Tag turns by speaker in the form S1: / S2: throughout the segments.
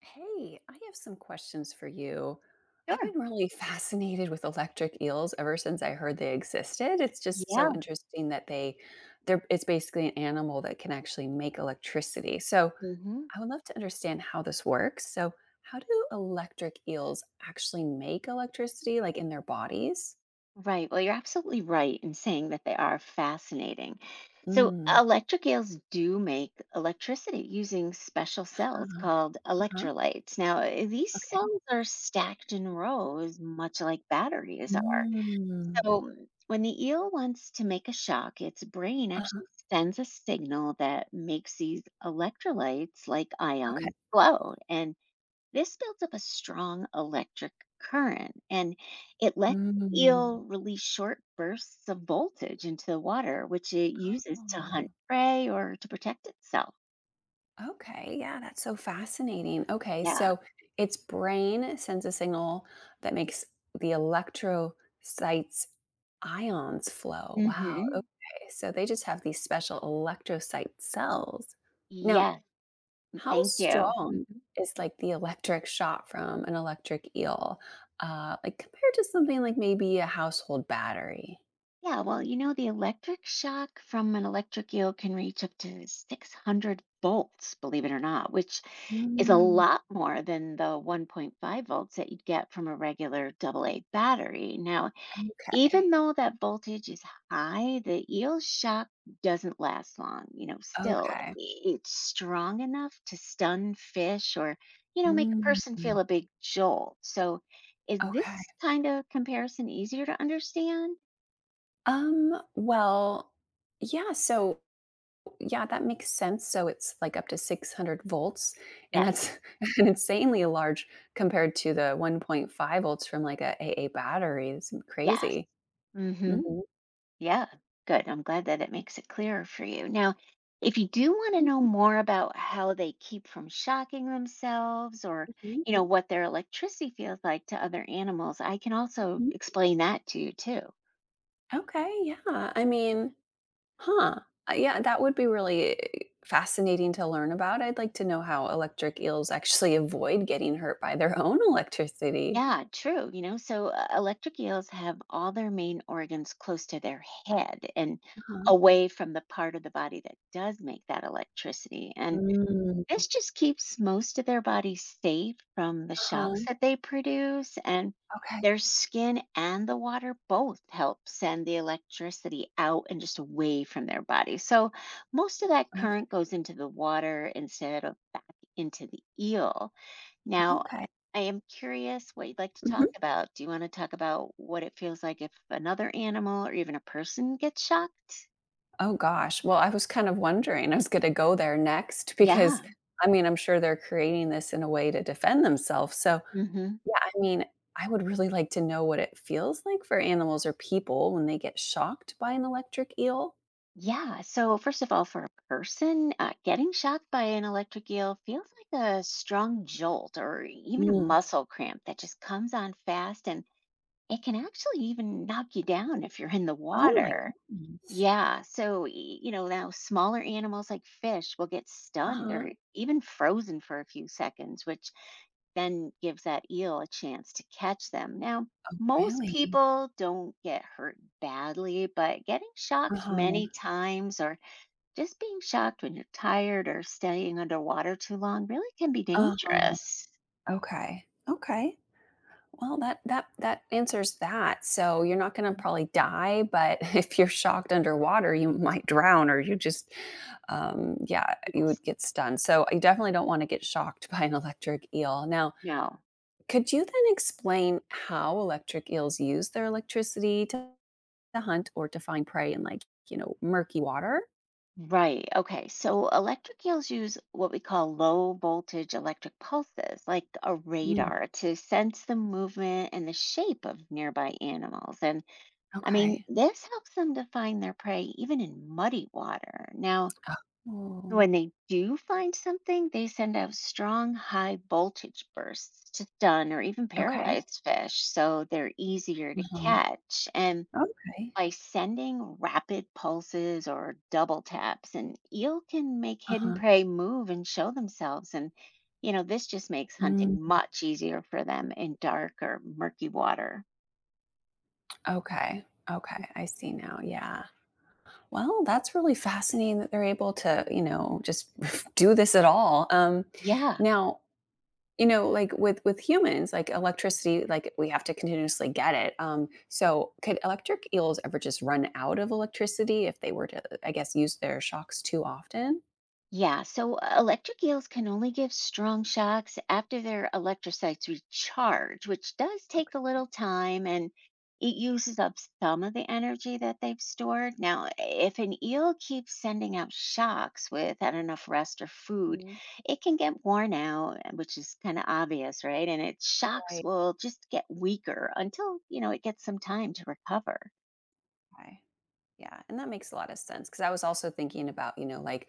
S1: Hey, I have some questions for you. I've
S2: Sure.
S1: been really fascinated with electric eels ever since I heard they existed. It's just
S2: Yeah.
S1: so interesting that they they're it's basically an animal that can actually make electricity. So,
S2: Hmm.
S1: I would love to understand how this works. So, how do electric eels actually make electricity like in their bodies?
S2: Right. Well, you're absolutely right in saying that they are fascinating. So,
S1: Mm.
S2: electric eels do make electricity using special cells
S1: Uh-huh.
S2: called
S1: Uh-huh.
S2: electrolytes. Now, these
S1: Okay.
S2: cells are stacked in rows, much like batteries are.
S1: Mm.
S2: So, when the eel wants to make a shock, its brain
S1: Uh-huh.
S2: actually sends a signal that makes these electrolytes, like
S1: Okay.
S2: ions, glow. And this builds up a strong electric current, and it lets the
S1: Mm.
S2: eel release short bursts of voltage into the water, which it uses to hunt
S1: Oh.
S2: prey or to protect itself.
S1: Okay, yeah, that's so fascinating. Okay,
S2: Yeah.
S1: so its brain sends a signal that makes the electrocytes ions flow. Wow.
S2: Hmm.
S1: Okay, so they just have these special electrocyte cells. Now,
S2: Yes.
S1: how
S2: Thank you.
S1: strong
S2: Mhm.
S1: is like the electric shot from an electric eel, like compared to something like maybe a household battery?
S2: Yeah. Well, you know, the electric shock from an electric eel can reach up to 600 volts, believe it or not, which is a
S1: Mm,
S2: lot more than the 1.5 volts that you'd get from a regular double A battery. Now, even
S1: okay.
S2: though that voltage is high, the eel shock doesn't last long. You know, still,
S1: Okay.
S2: it's strong enough to stun fish or, you know, make a
S1: Mm,
S2: person feel a big jolt. So, is this
S1: okay.
S2: kind of comparison easier to understand?
S1: Well, yeah, so yeah, that makes sense. So it's like up to 600 volts, and
S2: Yes.
S1: that's an insanely large compared to the 1.5 volts from like a AA battery. It's
S2: Yes.
S1: crazy.
S2: Mm hmm.
S1: Mhm,
S2: Yeah, good. I'm glad that it makes it clearer for you. Now, if you do want to know more about how they keep from shocking themselves or,
S1: mhm,
S2: you know, what their electricity feels like to other animals, I can also
S1: mhm.
S2: explain that to you too.
S1: Okay, yeah. I mean, huh. Yeah, that would be really fascinating to learn about. I'd like to know how electric eels actually avoid getting hurt by their own electricity.
S2: Yeah, true. You know, so electric eels have all their main organs close to their head and
S1: Uh-huh.
S2: away from the part of the body that does make that electricity. And
S1: Mm,
S2: this just keeps most of their body safe from the shocks
S1: uh-huh.
S2: that they produce, and
S1: Okay.
S2: their skin and the water both help send the electricity out and just away from their body. So most of that
S1: Okay.
S2: current goes into the water instead of back into the eel. Now,
S1: Okay.
S2: I am curious what you'd like to talk
S1: Mhm.
S2: about. Do you want to talk about what it feels like if another animal or even a person gets shocked?
S1: Oh gosh. Well, I was kind of wondering, I was gonna go there next because,
S2: Yeah.
S1: I mean, I'm sure they're creating this in a way to defend themselves. So,
S2: Hmm.
S1: yeah, I mean, I would really like to know what it feels like for animals or people when they get shocked by an electric eel.
S2: Yeah. So, first of all, for a person, getting shocked by an electric eel feels like a strong jolt or even a
S1: Mm.
S2: muscle cramp that just comes on fast, and it can actually even knock you down if you're in the
S1: Oh my
S2: water.
S1: goodness.
S2: Yeah, so, you know, now smaller animals like fish will get stunned
S1: Uh-huh.
S2: or even frozen for a few seconds, which then gives that eel a chance to catch them. Now, most
S1: Really?
S2: people don't get hurt badly, but getting shocked
S1: Uh-huh.
S2: many times or just being shocked when you're tired or staying underwater too long really can be
S1: Uh-huh.
S2: dangerous.
S1: Okay. Okay. Well, that answers that. So you're not gonna probably die, but if you're shocked underwater, you might drown or you just yeah, you
S2: Yes.
S1: would get stunned. So you definitely don't want to get shocked by an electric eel. Now,
S2: No.
S1: could you then explain how electric eels use their electricity to hunt or to find prey in like murky water?
S2: Right. Okay. So electric eels use what we call low voltage electric pulses, like a
S1: Mm,
S2: radar, to sense the movement and the shape of nearby animals. And I
S1: okay.
S2: mean, this helps them to find their prey even in muddy water. Now,
S1: Oh,
S2: when they do find something, they send out strong, high voltage bursts to stun or even
S1: okay.
S2: paralyze fish, so they're easier to
S1: uh
S2: catch. And
S1: Okay.
S2: by sending rapid pulses or double taps, an eel can make hidden
S1: Uh-huh.
S2: prey move and show themselves. And, you know, this just makes
S1: Mm,
S2: hunting much easier for them in dark or murky water.
S1: okay. Okay. I see now. Yeah. Well, that's really fascinating that they're able to just do this at all.
S2: Yeah.
S1: Now, like with humans, like electricity, like we have to continuously get it. So could electric eels ever just run out of electricity if they were to, I guess, use their shocks too often?
S2: Yeah, so electric eels can only give strong shocks after their electrocytes recharge, which does take
S1: Okay.
S2: a little time, and it uses up some of the energy that they've stored. Now, if an eel keeps sending out shocks without enough rest or food,
S1: Mhm.
S2: it can get worn out, which is kind of obvious, right? And its shocks
S1: Right.
S2: will just get weaker until, you know, it gets some time to recover.
S1: Okay. Yeah, and that makes a lot of sense because I was also thinking about, like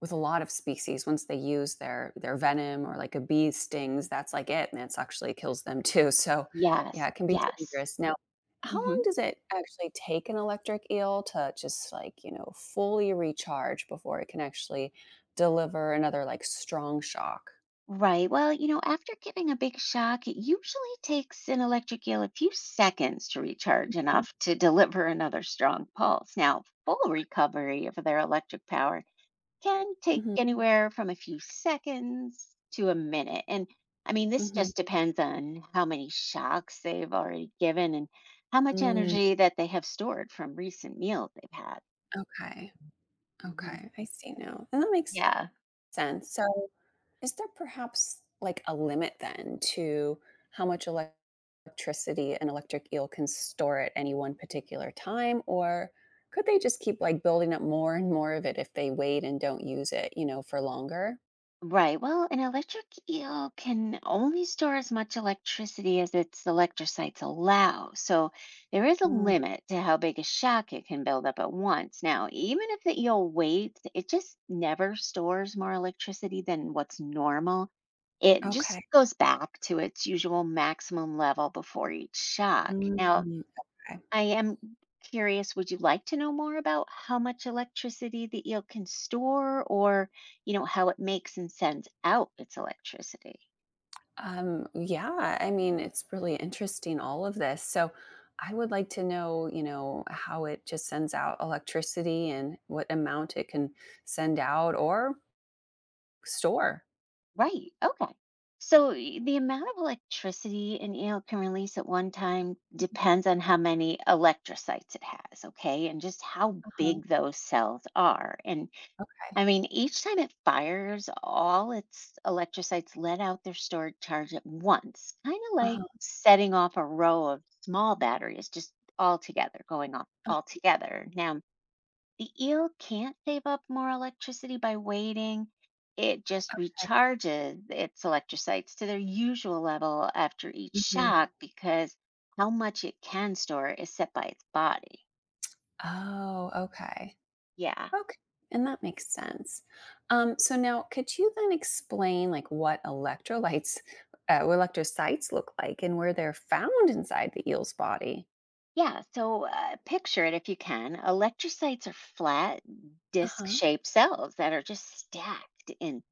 S1: with a lot of species, once they use their venom or like a bee stings, that's like it, and it's actually kills them too. So, yeah,
S2: Yes,
S1: it can be
S2: yes.
S1: dangerous. Now, how
S2: Hmm.
S1: long does it actually take an electric eel to just like fully recharge before it can actually deliver another like strong shock?
S2: Right. Well, you know, after giving a big shock, it usually takes an electric eel a few seconds to recharge
S1: Mhm.
S2: enough to deliver another strong pulse. Now, full recovery of their electric power can take
S1: Mhm.
S2: anywhere from a few seconds to a minute. And I mean, this
S1: Mhm.
S2: just depends on how many shocks they've already given and how much
S1: Mm,
S2: energy that they have stored from recent meals they've had.
S1: okay.
S2: Mhm.
S1: Okay. I see now. And that makes
S2: Yeah.
S1: sense. So, is there perhaps like a limit then to how much electricity an electric eel can store at any one particular time? Or could they just keep like building up more and more of it if they wait and don't use it for longer?
S2: Right. Well, an electric eel can only store as much electricity as its electrocytes allow. So there is a
S1: Mm,
S2: limit to how big a shock it can build up at once. Now, even if the eel waits, it just never stores more electricity than what's normal. It just
S1: okay.
S2: goes back to its usual maximum level before each shock. Now,
S1: Mm, okay.
S2: I am curious, would you like to know more about how much electricity the eel can store or, you know, how it makes and sends out its electricity?
S1: Yeah, I mean, it's really interesting, all of this. So, I would like to know, how it just sends out electricity and what amount it can send out, or store?
S2: Right. Okay. So the amount of electricity an eel can release at one time
S1: Mhm.
S2: depends on how many electrocytes it has, okay, and just how
S1: Uh-huh.
S2: big those cells are. And
S1: Okay.
S2: I mean, each time it fires, all its electrocytes let out their stored charge at once, kind of like
S1: Uh-huh.
S2: setting off a row of small batteries just all together, going off all together. Now, the eel can't save up more electricity by waiting. It just
S1: Okay.
S2: recharges its electrocytes to their usual level after each
S1: Mhm.
S2: shock, because how much it can store is set by its body.
S1: Oh, okay.
S2: Yeah.
S1: Okay, and that makes sense. So now could you then explain, like, what electrocytes look like and where they're found inside the eel's body?
S2: Yeah, so picture it if you can. Electrocytes are flat, disc
S1: Uh-huh.
S2: shaped cells that are just stacked in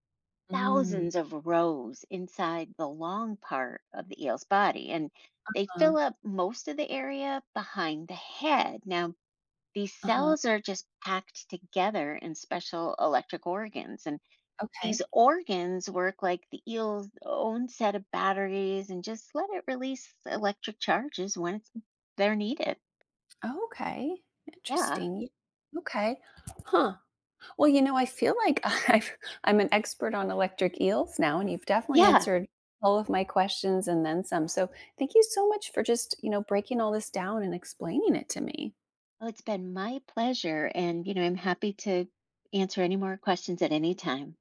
S1: Mm.
S2: thousands of rows inside the long part of the eel's body, and they
S1: Uh,
S2: fill up most of the area behind the head. Now, these
S1: uh-huh.
S2: cells are just packed together in special electric organs, and these
S1: Okay.
S2: organs work like the eel's own set of batteries and just let it release electric charges when they're needed.
S1: Okay.
S2: Yeah.
S1: Interesting. Okay. Huh. Well, I feel like I'm an expert on electric eels now, and you've definitely
S2: Yeah.
S1: answered all of my questions and then some. So thank you so much for just breaking all this down and explaining it to me.
S2: Well, it's been my pleasure. And, you know, I'm happy to answer any more questions at any time.